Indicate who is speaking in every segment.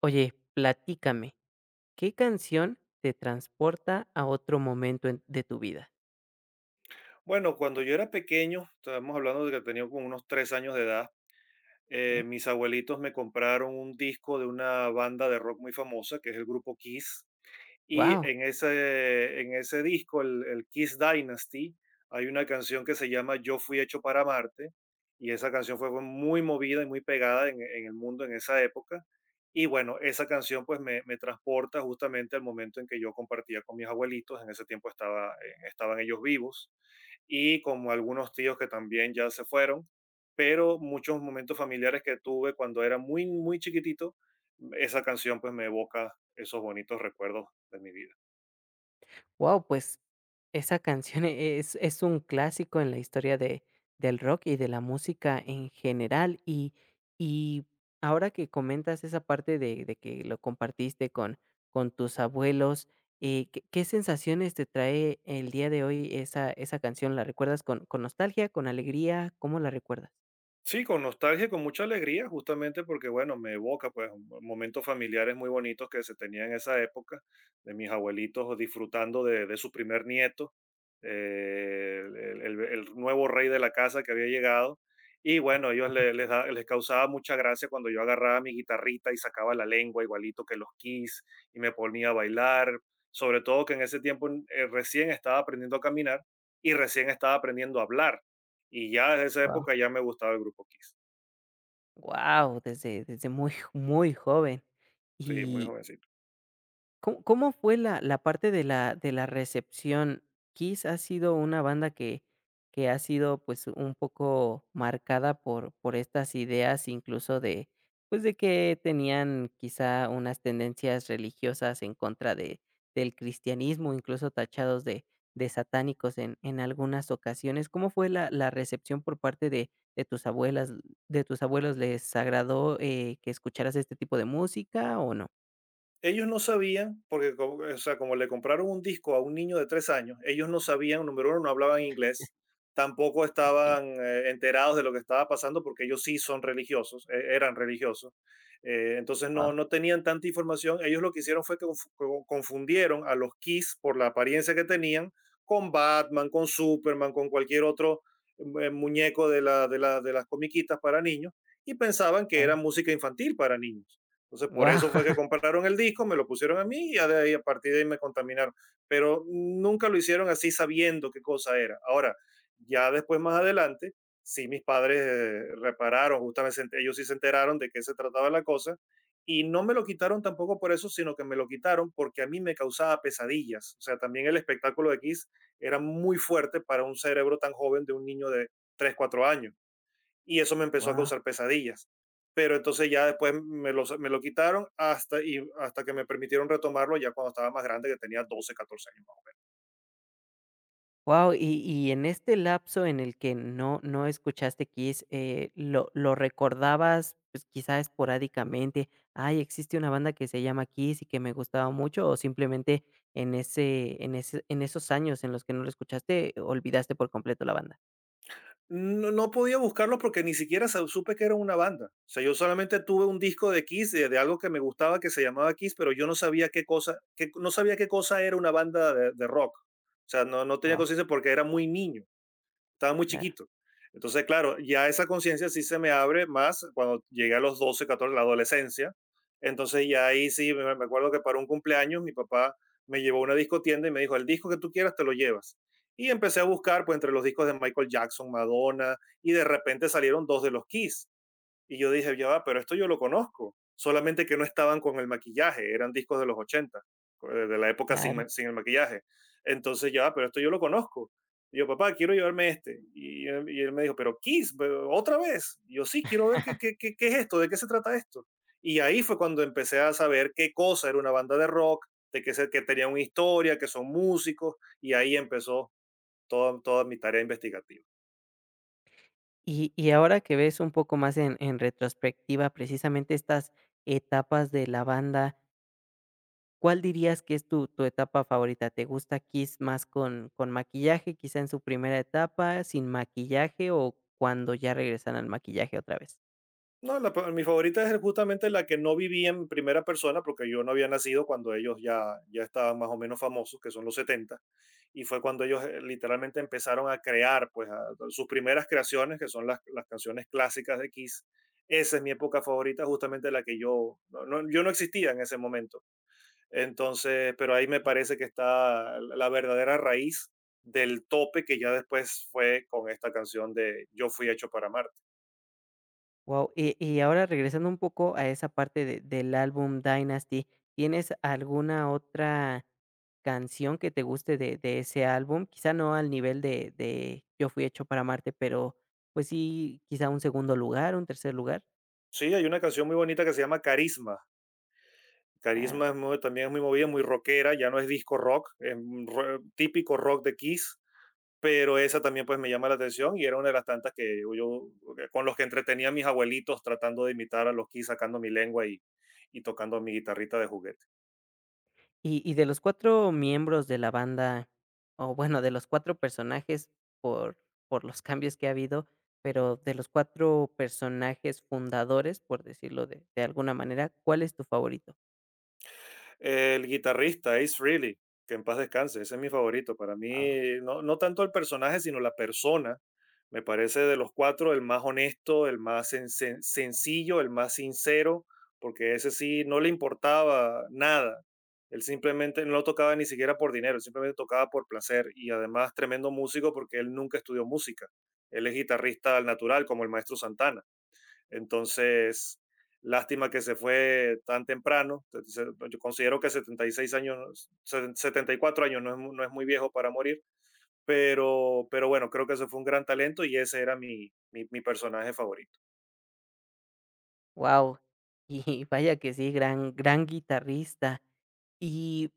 Speaker 1: Oye, platícame, ¿qué canción te transporta a otro momento de tu vida?
Speaker 2: Bueno, cuando yo era pequeño, estábamos hablando de que tenía como unos 3 años de edad,
Speaker 1: ¿Sí?
Speaker 2: mis abuelitos me compraron un disco de una banda de rock muy famosa, que es el grupo Kiss. Y
Speaker 1: Wow,
Speaker 2: en ese disco, el Kiss Dynasty, hay una canción que se llama Yo fui hecho para Marte. Y esa canción fue muy movida y muy pegada en el mundo en esa época. Y bueno, esa canción pues me transporta justamente al momento en que yo compartía con mis abuelitos. En ese tiempo estaban ellos vivos y como algunos tíos que también ya se fueron. Pero muchos momentos familiares que tuve cuando era muy, muy chiquitito esa canción pues me evoca esos bonitos recuerdos de mi vida.
Speaker 1: wow, pues esa canción es un clásico en la historia del rock y de la música en general. Y ahora que comentas esa parte de que lo compartiste con tus abuelos, qué sensaciones te trae el día de hoy esa canción? ¿La recuerdas con nostalgia, con alegría? ¿Cómo la recuerdas?
Speaker 2: Sí, con nostalgia y con mucha alegría, justamente porque, bueno, me evoca pues momentos familiares muy bonitos que se tenían en esa época, de mis abuelitos disfrutando de su primer nieto, eh, el, el- el- el nuevo rey de la casa que había llegado. Y bueno, ellos le- les, da- les causaba mucha gracia cuando yo agarraba mi guitarrita y sacaba la lengua igualito que los Kiss y me ponía a bailar, sobre todo que en ese tiempo recién estaba aprendiendo a caminar y recién estaba aprendiendo a hablar y ya desde esa
Speaker 1: Wow.
Speaker 2: época ya me gustaba el grupo Kiss.
Speaker 1: Wow, desde desde muy joven.
Speaker 2: Sí, muy
Speaker 1: Y
Speaker 2: jovencito.
Speaker 1: ¿Cómo fue la parte de la recepción? Kiss ha sido una banda que ha sido, pues, un poco marcada por estas ideas, incluso de, pues, de que tenían quizá unas tendencias religiosas en contra de del cristianismo, incluso tachados de satánicos en algunas ocasiones. ¿Cómo fue la recepción por parte de tus abuelas de tus abuelos? ¿Les agradó, que escucharas este tipo de música o no?
Speaker 2: Ellos no sabían, porque como, o sea, como le compraron un disco a un niño de 3 años, ellos no sabían, número uno, no hablaban inglés, tampoco
Speaker 1: Okey,
Speaker 2: estaban enterados de lo que estaba pasando, porque ellos sí son religiosos, eran religiosos. Entonces
Speaker 1: wao.
Speaker 2: no, no tenían tanta información. Ellos lo que hicieron fue que confundieron a los Kiss por la apariencia que tenían con Batman, con Superman, con cualquier otro muñeco de las comiquitas para niños y pensaban que era
Speaker 1: Claro.
Speaker 2: música infantil para niños. Entonces, por eso fue que
Speaker 1: Wow,
Speaker 2: compraron el disco, me lo pusieron a mí y ya de ahí, a partir de ahí me contaminaron. Pero nunca lo hicieron así sabiendo qué cosa era. Ahora, ya después, más adelante, sí mis padres repararon, justamente ellos sí se enteraron de qué se trataba la cosa y no me lo quitaron tampoco por eso, sino que me lo quitaron porque a mí me causaba pesadillas. O sea, también el espectáculo de Kiss era muy fuerte para un cerebro tan joven de un niño de 3, 4 años y eso me empezó a
Speaker 1: wow,
Speaker 2: causar pesadillas. Pero entonces ya después me lo quitaron hasta que me permitieron retomarlo ya cuando estaba más grande, que tenía 12, 14 años, más o menos.
Speaker 1: wow. Y en este lapso en el que no escuchaste Kiss, lo recordabas, pues, quizá esporádicamente? Ay, existe una banda que se llama Kiss y que me gustaba mucho, o simplemente en ese en ese en esos años en los que no lo escuchaste, olvidaste por completo la banda.
Speaker 2: No, no podía buscarlo porque ni siquiera supe que era una banda. O sea, yo solamente tuve un disco de Kiss, de algo que me gustaba que se llamaba Kiss, pero yo no sabía qué cosa, que, no sabía qué cosa era una banda de rock. O sea, no, no tenía
Speaker 1: Ah,
Speaker 2: conciencia porque era muy niño. Estaba muy
Speaker 1: claro.
Speaker 2: chiquito. Entonces, claro, ya esa conciencia sí se me abre más cuando llegué a los 12, 14, la adolescencia. Entonces, ya ahí sí, me acuerdo que para un cumpleaños mi papá me llevó a una discotienda y me dijo, el disco que tú quieras te lo llevas. Y empecé a buscar pues, entre los discos de Michael Jackson, Madonna, y de repente salieron dos de los Kiss. Y yo dije, ya va, pero esto yo lo conozco. Solamente que no estaban con el maquillaje, eran discos de los 80, de la época
Speaker 1: Claro.
Speaker 2: sin el maquillaje. Entonces ya va, pero esto yo lo conozco. Y yo, papá, quiero llevarme este. Y, él me dijo, pero Kiss, pero otra vez. Y yo sí, quiero ver qué es esto, de qué se trata esto. Y ahí fue cuando empecé a saber qué cosa era una banda de rock, que tenía una historia, que son músicos. Y ahí empezó toda mi tarea investigativa.
Speaker 1: Y ahora que ves un poco más en retrospectiva precisamente estas etapas de la banda, ¿Cuál dirías que es tu etapa favorita? ¿Te gusta Kiss más con maquillaje, quizá en su primera etapa, sin maquillaje o cuando ya regresan al maquillaje otra vez?
Speaker 2: No, mi favorita es justamente la que no viví en primera persona, porque yo no había nacido cuando ya estaban más o menos famosos, que son los 70, y fue cuando ellos literalmente empezaron a crear pues, sus primeras creaciones, que son las canciones clásicas de Kiss. Esa es mi época favorita, justamente la que yo no existía en ese momento. Entonces, pero ahí me parece que está la verdadera raíz del tope que ya después fue con esta canción de Yo fui hecho para amar.
Speaker 1: Wow. Y ahora regresando un poco a esa parte de del álbum Dynasty, ¿tienes alguna otra canción que te guste de ese álbum? Quizá no al nivel de Yo fui hecho para amarte, pero, pues sí, quizá un segundo lugar, un tercer lugar.
Speaker 2: Sí, hay una canción muy bonita que se llama Carisma.
Speaker 1: Claro.
Speaker 2: Carisma es también es muy movida, muy rockera, ya no es disco rock, es un típico rock de Kiss, pero esa también pues me llama la atención y era una de las tantas que yo, con los que entretenía a mis abuelitos tratando de imitar a los Kiss sacando mi lengua y tocando mi guitarrita de juguete.
Speaker 1: Y de los 4 miembros de la banda, o bueno, de los 4 personajes por por los cambios que ha habido, pero de los 4 personajes fundadores, por decirlo de alguna manera, ¿cuál es tu favorito?
Speaker 2: El guitarrista Ace Frehley, que en paz descanse, ese es mi favorito. Para
Speaker 1: Wow,
Speaker 2: mí, no, no tanto el personaje, sino la persona, me parece de los cuatro el más honesto, el más sencillo, el más sincero, porque ese sí no le importaba nada. Él simplemente no tocaba ni siquiera por dinero, él simplemente tocaba por placer y además tremendo músico porque él nunca estudió música. Él es guitarrista al natural, como el maestro Santana. Entonces, lástima que se fue tan temprano. Yo considero que 76 años, 74 años no es, no es muy viejo para morir, pero bueno, creo que ese fue un gran talento y ese era mi personaje favorito.
Speaker 1: y vaya que sí, gran guitarrista. Y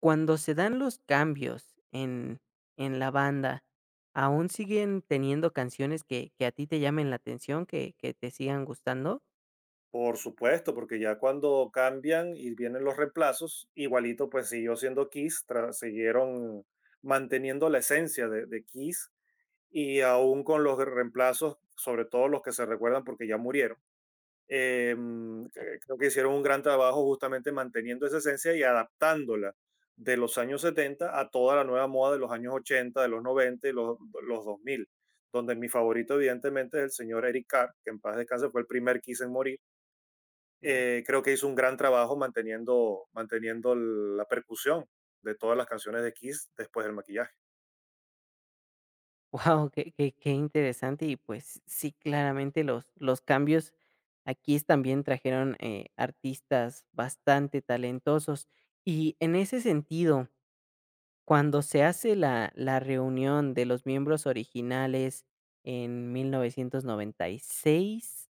Speaker 1: cuando se dan los cambios en la banda, ¿aún siguen teniendo canciones que a ti te llamen la atención, que te sigan gustando?
Speaker 2: Por supuesto, porque ya cuando cambian y vienen los reemplazos, igualito pues siguió siendo Kiss, siguieron manteniendo la esencia de Kiss y aún con los reemplazos, sobre todo los que se recuerdan porque ya murieron. Eh, mm,
Speaker 1: Claro,
Speaker 2: Creo que hicieron un gran trabajo justamente manteniendo esa esencia y adaptándola de los años 70 a toda la nueva moda de los años 80, de los 90 y los dos mil, donde mi favorito evidentemente es el señor Eric Carr, que en paz descanse fue el primer Kiss en morir.
Speaker 1: claro.
Speaker 2: Creo que hizo un gran trabajo manteniendo la percusión de todas las canciones de Kiss después del maquillaje.
Speaker 1: Wow, qué qué qué interesante y, pues, sí, claramente los cambios aquí es también trajeron, artistas bastante talentosos. Y en ese sentido, cuando se hace la reunión de los miembros originales en 1996,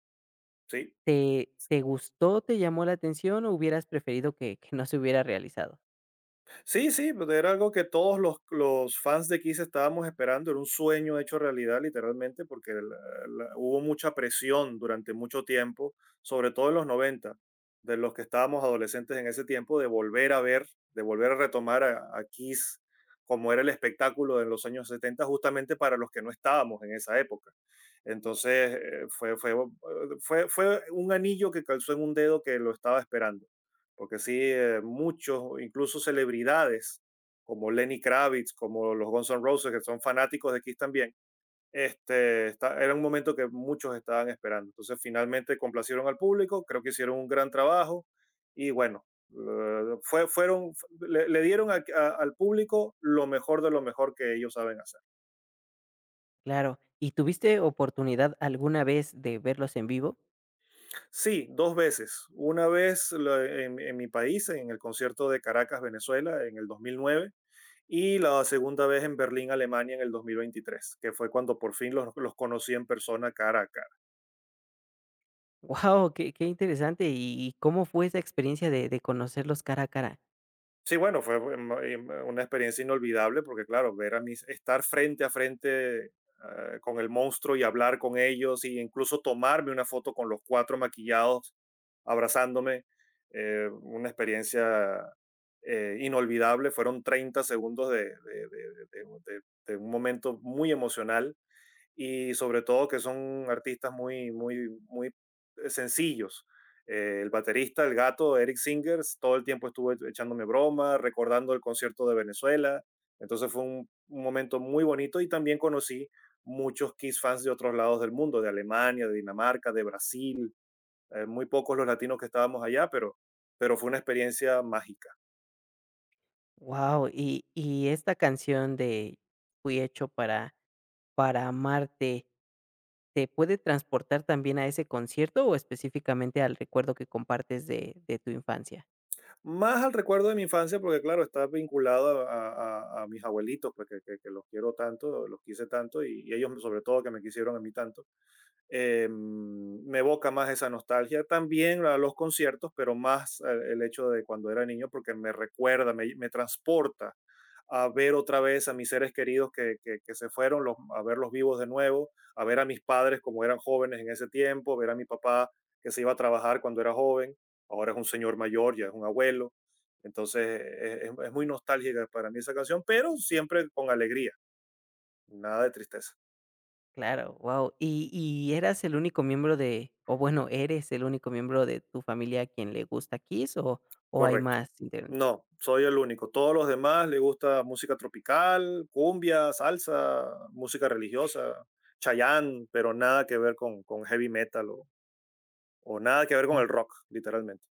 Speaker 2: Sí,
Speaker 1: te gustó, te llamó la atención o hubieras preferido que no se hubiera realizado?
Speaker 2: sí, sí, pues, era algo que todos los fans de Kiss estábamos esperando, era un sueño hecho realidad literalmente, porque hubo mucha presión durante mucho tiempo, sobre todo en los 90, de los que estábamos adolescentes en ese tiempo, de volver a ver, de volver a retomar a Kiss como era el espectáculo en los años 70, justamente para los que no estábamos en esa época. Entonces, fue un anillo que calzó en un dedo que lo estaba esperando porque sí, muchos, incluso celebridades como Lenny Kravitz, como los Guns N' Roses, que son fanáticos de Kiss también, era un momento que muchos estaban esperando. Entonces, finalmente complacieron al público, creo que hicieron un gran trabajo y bueno, eh, fue, fueron, le dieron al público lo mejor de lo mejor que ellos saben hacer.
Speaker 1: Claro, ¿y tuviste oportunidad alguna vez de verlos en vivo?
Speaker 2: Sí, dos veces. Una vez en mi país, en el concierto de Caracas, Venezuela, en el 2009 y la segunda vez en Berlín, Alemania, en el 2023, que fue cuando por fin los conocí en persona cara a cara.
Speaker 1: Wow, qué qué interesante. ¿Y cómo fue esa experiencia de conocerlos cara a cara?
Speaker 2: Sí, bueno, fue una experiencia inolvidable porque, claro, ver a mis, estar frente a frente con el monstruo y hablar con ellos e incluso tomarme una foto con los cuatro maquillados abrazándome, una experiencia inolvidable. Fueron 30 segundos de un momento muy emocional y sobre todo que son artistas muy, muy, muy sencillos. El baterista, el gato, Eric Singers, todo el tiempo estuvo echándome broma, recordando el concierto de Venezuela. Entonces fue un momento muy bonito y también conocí muchos Kiss fans de otros lados del mundo, de Alemania, de Dinamarca, de Brasil. Muy pocos los latinos que estábamos allá, pero, fue una experiencia mágica.
Speaker 1: Wow, y esta canción de Fui hecho para amarte, ¿te puede transportar también a ese concierto o específicamente al recuerdo que compartes de tu infancia?
Speaker 2: Más al recuerdo de mi infancia, porque claro, está vinculado a mis abuelitos, pues que, que los quiero tanto, los quise tanto, y ellos sobre todo que me quisieron a mí tanto. Me evoca más esa nostalgia. También a los conciertos, pero más el hecho de cuando era niño, porque me recuerda, me transporta a ver otra vez a mis seres queridos que, que se fueron, a verlos vivos de nuevo, a ver a mis padres como eran jóvenes en ese tiempo, ver a mi papá que se iba a trabajar cuando era joven, ahora es un señor mayor, ya es un abuelo. Entonces es muy nostálgica para mí esa canción, pero siempre con alegría, nada de tristeza.
Speaker 1: Claro, wow, ¿Y y eras el único miembro de o bueno, eres el único miembro de tu familia a quien le gusta Kiss o hay
Speaker 2: Correcto.
Speaker 1: más integrantes?
Speaker 2: No, soy el único. Todos los demás les gusta música tropical, cumbia, salsa, música religiosa, Chayanne, pero nada que ver con heavy metal o nada que ver con el rock, literalmente.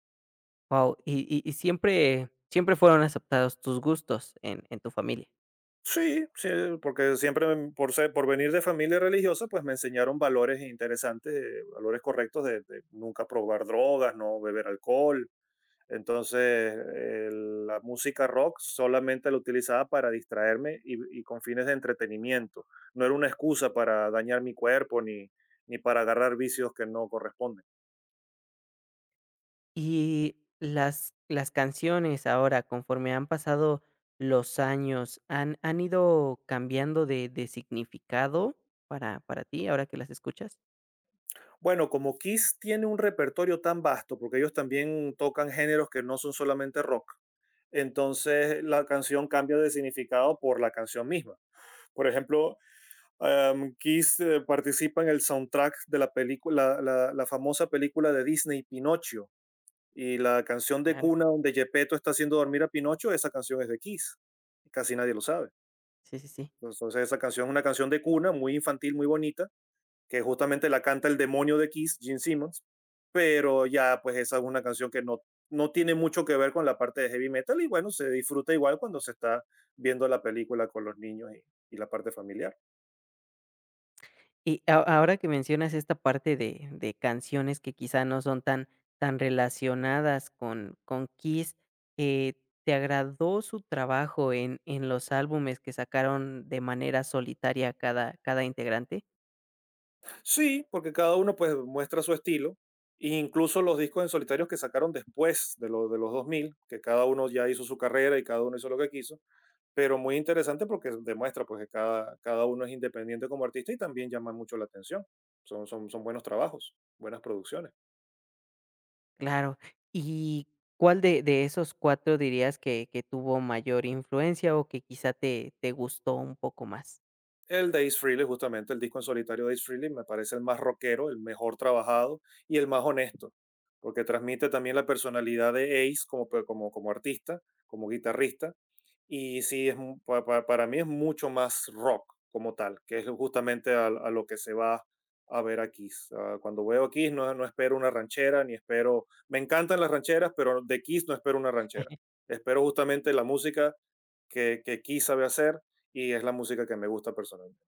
Speaker 1: Wow, y siempre fueron aceptados tus gustos en tu familia.
Speaker 2: Sí, sí, porque por ser, por venir de familia religiosa, pues me enseñaron valores interesantes, valores correctos de nunca probar drogas, no beber alcohol. Entonces, la música rock solamente la utilizaba para distraerme y con fines de entretenimiento. No era una excusa para dañar mi cuerpo ni, ni para agarrar vicios que no corresponden.
Speaker 1: Y las canciones ahora, conforme han pasado los años, han ido cambiando de significado para ti ahora que las escuchas?
Speaker 2: Bueno, como Kiss tiene un repertorio tan vasto, porque ellos también tocan géneros que no son solamente rock, entonces la canción cambia de significado por la canción misma. Por ejemplo, Kiss participa en el soundtrack de la película, la famosa película de Disney Pinocho. Y la canción de
Speaker 1: Claro.
Speaker 2: cuna donde Gepetto está haciendo dormir a Pinocho, esa canción es de Kiss. Casi nadie lo sabe.
Speaker 1: Sí, sí, sí.
Speaker 2: Entonces, esa canción es una canción de cuna muy infantil, muy bonita, que justamente la canta el demonio de Kiss, Gene Simmons. Pero ya, pues, esa es una canción que no, no tiene mucho que ver con la parte de heavy metal. Y bueno, se disfruta igual cuando se está viendo la película con los niños y la parte familiar.
Speaker 1: Y a ahora que mencionas esta parte de canciones que quizá no son tan relacionadas con Kiss, eh, ¿te agradó su trabajo en los álbumes que sacaron de manera solitaria cada integrante?
Speaker 2: Sí, porque cada uno pues muestra su estilo, e incluso los discos en solitarios que sacaron después de, de los 2000, que cada uno ya hizo su carrera y cada uno hizo lo que quiso, pero muy interesante porque demuestra pues que cada uno es independiente como artista y también llama mucho la atención. Son buenos trabajos, buenas producciones.
Speaker 1: Claro, ¿y cuál de esos 4 dirías que tuvo mayor influencia o que quizá te gustó un poco más?
Speaker 2: El Days Freely, justamente el disco en solitario Days Freely, me parece el más rockero, el mejor trabajado y el más honesto, porque transmite también la personalidad de Ace como, como artista, como guitarrista, y sí, es, para mí es mucho más rock como tal, que es justamente a lo que se va a ver a Kiss. Ah, cuando veo a Kiss no, no espero una ranchera, ni espero, me encantan las rancheras, pero de Kiss no espero una ranchera. Espero justamente la música que Kiss sabe hacer y es la música que me gusta personalmente.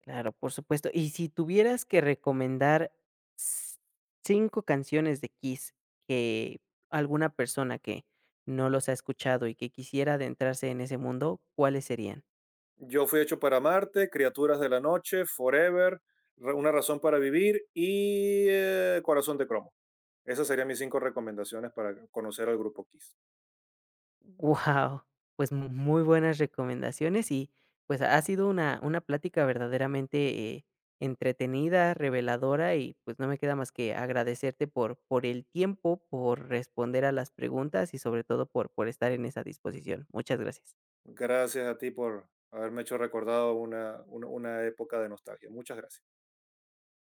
Speaker 1: Claro, por supuesto. Y si tuvieras que recomendar s- 5 canciones de Kiss que alguna persona que no los ha escuchado y que quisiera adentrarse en ese mundo, ¿cuáles serían?
Speaker 2: Yo fui hecho para amarte, Criaturas de la Noche, Forever, Una Razón para Vivir y Corazón de Cromo. Esas serían mis cinco recomendaciones para conocer al grupo Kiss.
Speaker 1: Wow, pues muy buenas recomendaciones y pues ha sido una plática verdaderamente entretenida, reveladora y pues no me queda más que agradecerte por el tiempo, por responder a las preguntas y sobre todo por estar en esa disposición. Muchas gracias.
Speaker 2: Gracias a ti por haberme hecho recordado una época de nostalgia. Muchas gracias.